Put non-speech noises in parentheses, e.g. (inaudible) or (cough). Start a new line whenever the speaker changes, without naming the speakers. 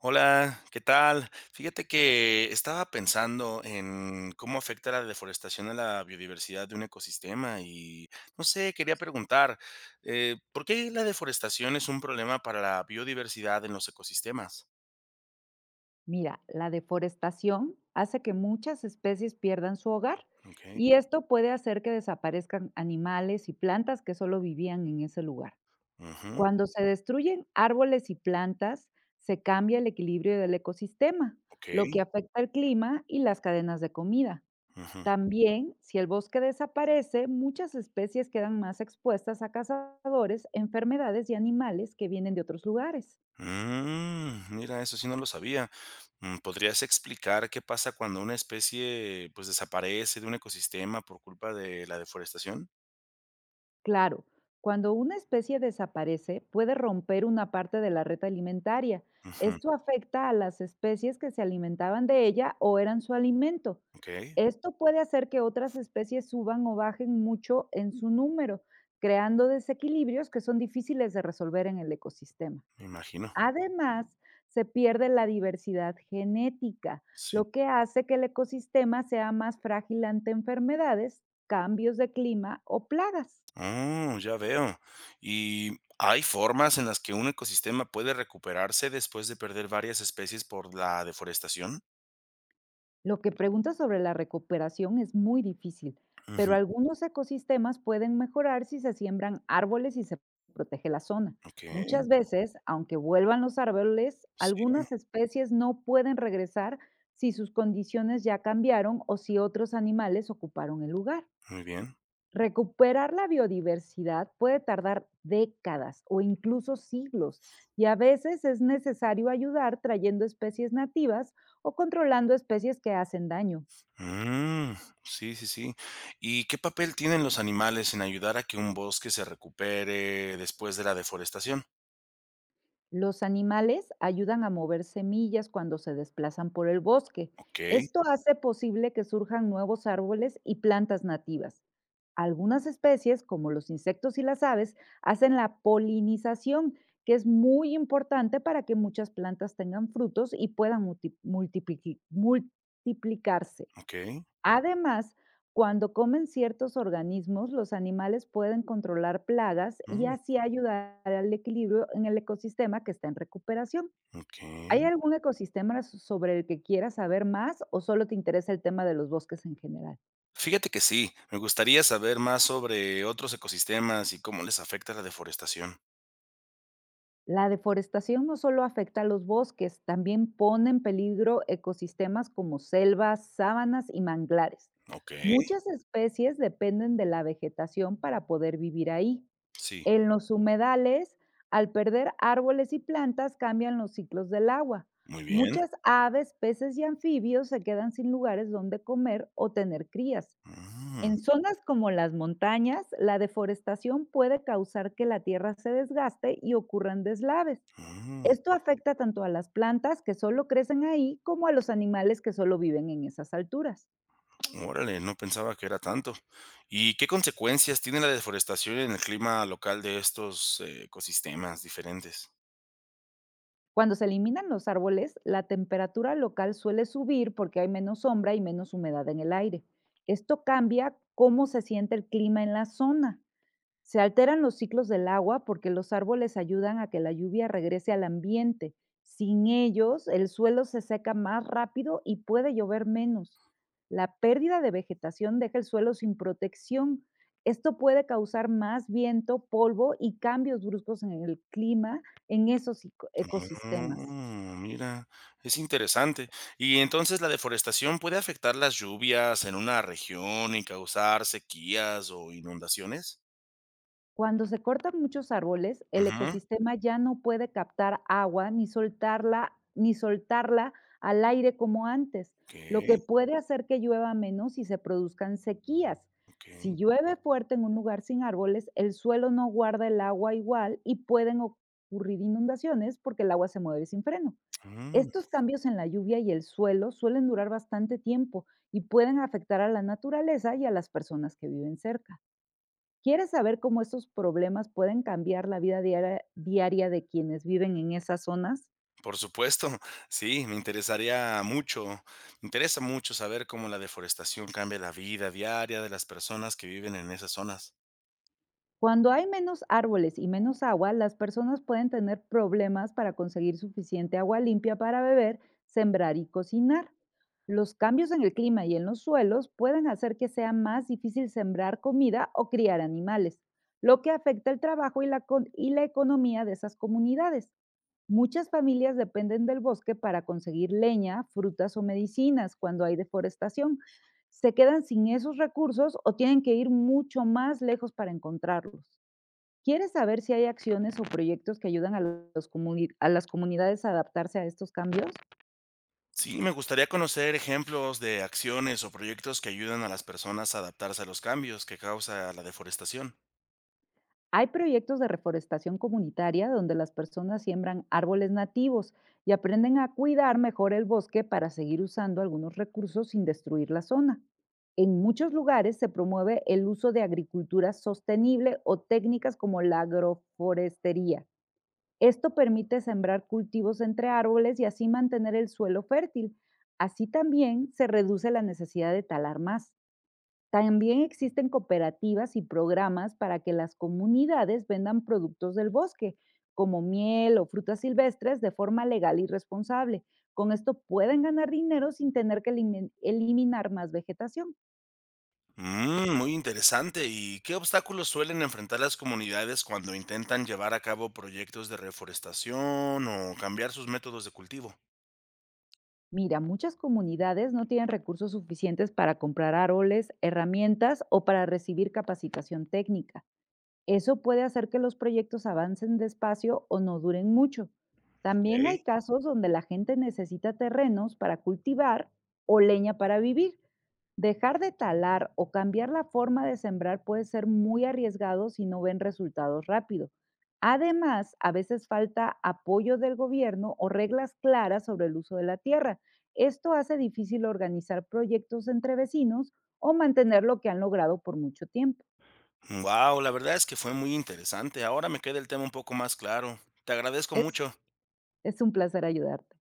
Hola, ¿qué tal? Fíjate que estaba pensando en cómo afecta la deforestación a la biodiversidad de un ecosistema y no sé, quería preguntar, ¿por qué la deforestación es un problema para la biodiversidad en los ecosistemas?
Mira, la deforestación hace que muchas especies pierdan su hogar
Okey,
y esto puede hacer que desaparezcan animales y plantas que solo vivían en ese lugar.
ujú,
Cuando se destruyen árboles y plantas, se cambia el equilibrio del ecosistema, lo
okey,
que afecta al clima y las cadenas de comida.
ujú.
También, si el bosque desaparece, muchas especies quedan más expuestas a cazadores, enfermedades y animales que vienen de otros lugares.
Mm, mira, eso sí no lo sabía. Mm, ¿podrías explicar qué pasa cuando una especie, pues, desaparece de un ecosistema por culpa de la deforestación?
Claro, cuando una especie desaparece, puede romper una parte de la red alimentaria.
Ujú,
Esto afecta a las especies que se alimentaban de ella o eran su alimento.
okey,
Esto puede hacer que otras especies suban o bajen mucho en su número, creando desequilibrios que son difíciles de resolver en el ecosistema.
me imagino,
Además, se pierde la diversidad genética,
sí.
lo que hace que el ecosistema sea más frágil ante enfermedades, cambios de clima o plagas.
Mm, ya veo. ¿Y hay formas en las que un ecosistema puede recuperarse después de perder varias especies por la deforestación?
Lo que preguntas sobre la recuperación es muy difícil, pero
Ujú,
algunos ecosistemas pueden mejorar si se siembran árboles y se protege la zona.
ok,
Muchas veces, aunque vuelvan los árboles,
sí,
algunas especies no pueden regresar si sus condiciones ya cambiaron o si otros animales ocuparon el lugar.
muy bien.
Recuperar la biodiversidad puede tardar décadas o incluso siglos y a veces es necesario ayudar trayendo especies nativas o controlando especies que hacen daño.
Mm, sí, sí, sí. ¿Y qué papel tienen los animales en ayudar a que un bosque se recupere después de la deforestación?
Los animales ayudan a mover semillas cuando se desplazan por el bosque.
Ok,
Esto hace posible que surjan nuevos árboles y plantas nativas. Algunas especies, como los insectos y las aves, hacen la polinización, que es muy importante para que muchas plantas tengan frutos y puedan multiplicarse.
ok,
Además, cuando comen ciertos organismos, los animales pueden controlar plagas y
mm,
así ayudar al equilibrio en el ecosistema que está en recuperación.
ok.
¿Hay algún ecosistema sobre el que quieras saber más o solo te interesa el tema de los bosques en general?
Fíjate que sí, me gustaría saber más sobre otros ecosistemas y cómo les afecta la deforestación.
La deforestación no solo afecta a los bosques, también pone en peligro ecosistemas como selvas, sábanas y manglares.
Ok,
Muchas especies dependen de la vegetación para poder vivir ahí.
sí,
En los humedales, al perder árboles y plantas, cambian los ciclos del agua.
muy bien.
Muchas aves, peces y anfibios se quedan sin lugares donde comer o tener crías.
Mm,
En zonas como las montañas, la deforestación puede causar que la tierra se desgaste y ocurran deslaves.
mm,
Esto afecta tanto a las plantas que solo crecen ahí como a los animales que solo viven en esas alturas.
órale, no pensaba que era tanto. ¿Y qué consecuencias tiene la deforestación en el clima local de estos ecosistemas diferentes?
Cuando se eliminan los árboles, la temperatura local suele subir porque hay menos sombra y menos humedad en el aire. Esto cambia cómo se siente el clima en la zona. Se alteran los ciclos del agua porque los árboles ayudan a que la lluvia regrese al ambiente. Sin ellos, el suelo se seca más rápido y puede llover menos. La pérdida de vegetación deja el suelo sin protección. Esto puede causar más viento, polvo y cambios bruscos en el clima en esos ecosistemas.
Mm, mira, es interesante. ¿Y entonces la deforestación puede afectar las lluvias en una región y causar sequías o inundaciones?
Cuando se cortan muchos árboles, el
Ujú,
ecosistema ya no puede captar agua ni soltarla, al aire como antes,
ok,
lo que puede hacer que llueva menos y se produzcan sequías.
ok,
Si llueve fuerte en un lugar sin árboles, el suelo no guarda el agua igual y pueden ocurrir inundaciones porque el agua se mueve sin freno.
mm.
Estos cambios en la lluvia y el suelo suelen durar bastante tiempo y pueden afectar a la naturaleza y a las personas que viven cerca. ¿Quieres saber cómo estos problemas pueden cambiar la vida diaria de quienes viven en esas zonas?
Por supuesto, (laughs) sí, me interesaría mucho, me interesa mucho saber cómo la deforestación cambia la vida diaria de las personas que viven en esas zonas.
Cuando hay menos árboles y menos agua, las personas pueden tener problemas para conseguir suficiente agua limpia para beber, sembrar y cocinar. Los cambios en el clima y en los suelos pueden hacer que sea más difícil sembrar comida o criar animales, lo que afecta el trabajo y y la economía de esas comunidades. Muchas familias dependen del bosque para conseguir leña, frutas o medicinas cuando hay deforestación se quedan sin esos recursos o tienen que ir mucho más lejos para encontrarlos. ¿Quieres saber si hay acciones o proyectos que ayudan a, a las comunidades a adaptarse a estos cambios?
Sí, me gustaría conocer ejemplos de acciones o proyectos que ayudan a las personas a adaptarse a los cambios que causa la deforestación.
Hay proyectos de reforestación comunitaria donde las personas siembran árboles nativos y aprenden a cuidar mejor el bosque para seguir usando algunos recursos sin destruir la zona. En muchos lugares se promueve el uso de agricultura sostenible o técnicas como la agroforestería. Esto permite sembrar cultivos entre árboles y así mantener el suelo fértil. Así también se reduce la necesidad de talar más. También existen cooperativas y programas para que las comunidades vendan productos del bosque, como miel o frutas silvestres, de forma legal y responsable. Con esto pueden ganar dinero sin tener que eliminar más vegetación.
Mm, muy interesante. ¿Y qué obstáculos suelen enfrentar las comunidades cuando intentan llevar a cabo proyectos de reforestación o cambiar sus métodos de cultivo?
Mira, muchas comunidades no tienen recursos suficientes para comprar árboles, herramientas o para recibir capacitación técnica. Eso puede hacer que los proyectos avancen despacio o no duren mucho. También
Ok.
hay casos donde la gente necesita terrenos para cultivar o leña para vivir. Dejar de talar o cambiar la forma de sembrar puede ser muy arriesgado si no ven resultados rápido. Además, a veces falta apoyo del gobierno o reglas claras sobre el uso de la tierra. Esto hace difícil organizar proyectos entre vecinos o mantener lo que han logrado por mucho tiempo.
Wow, la verdad es que fue muy interesante. Ahora me queda el tema un poco más claro. Te agradezco mucho.
Es un placer ayudarte.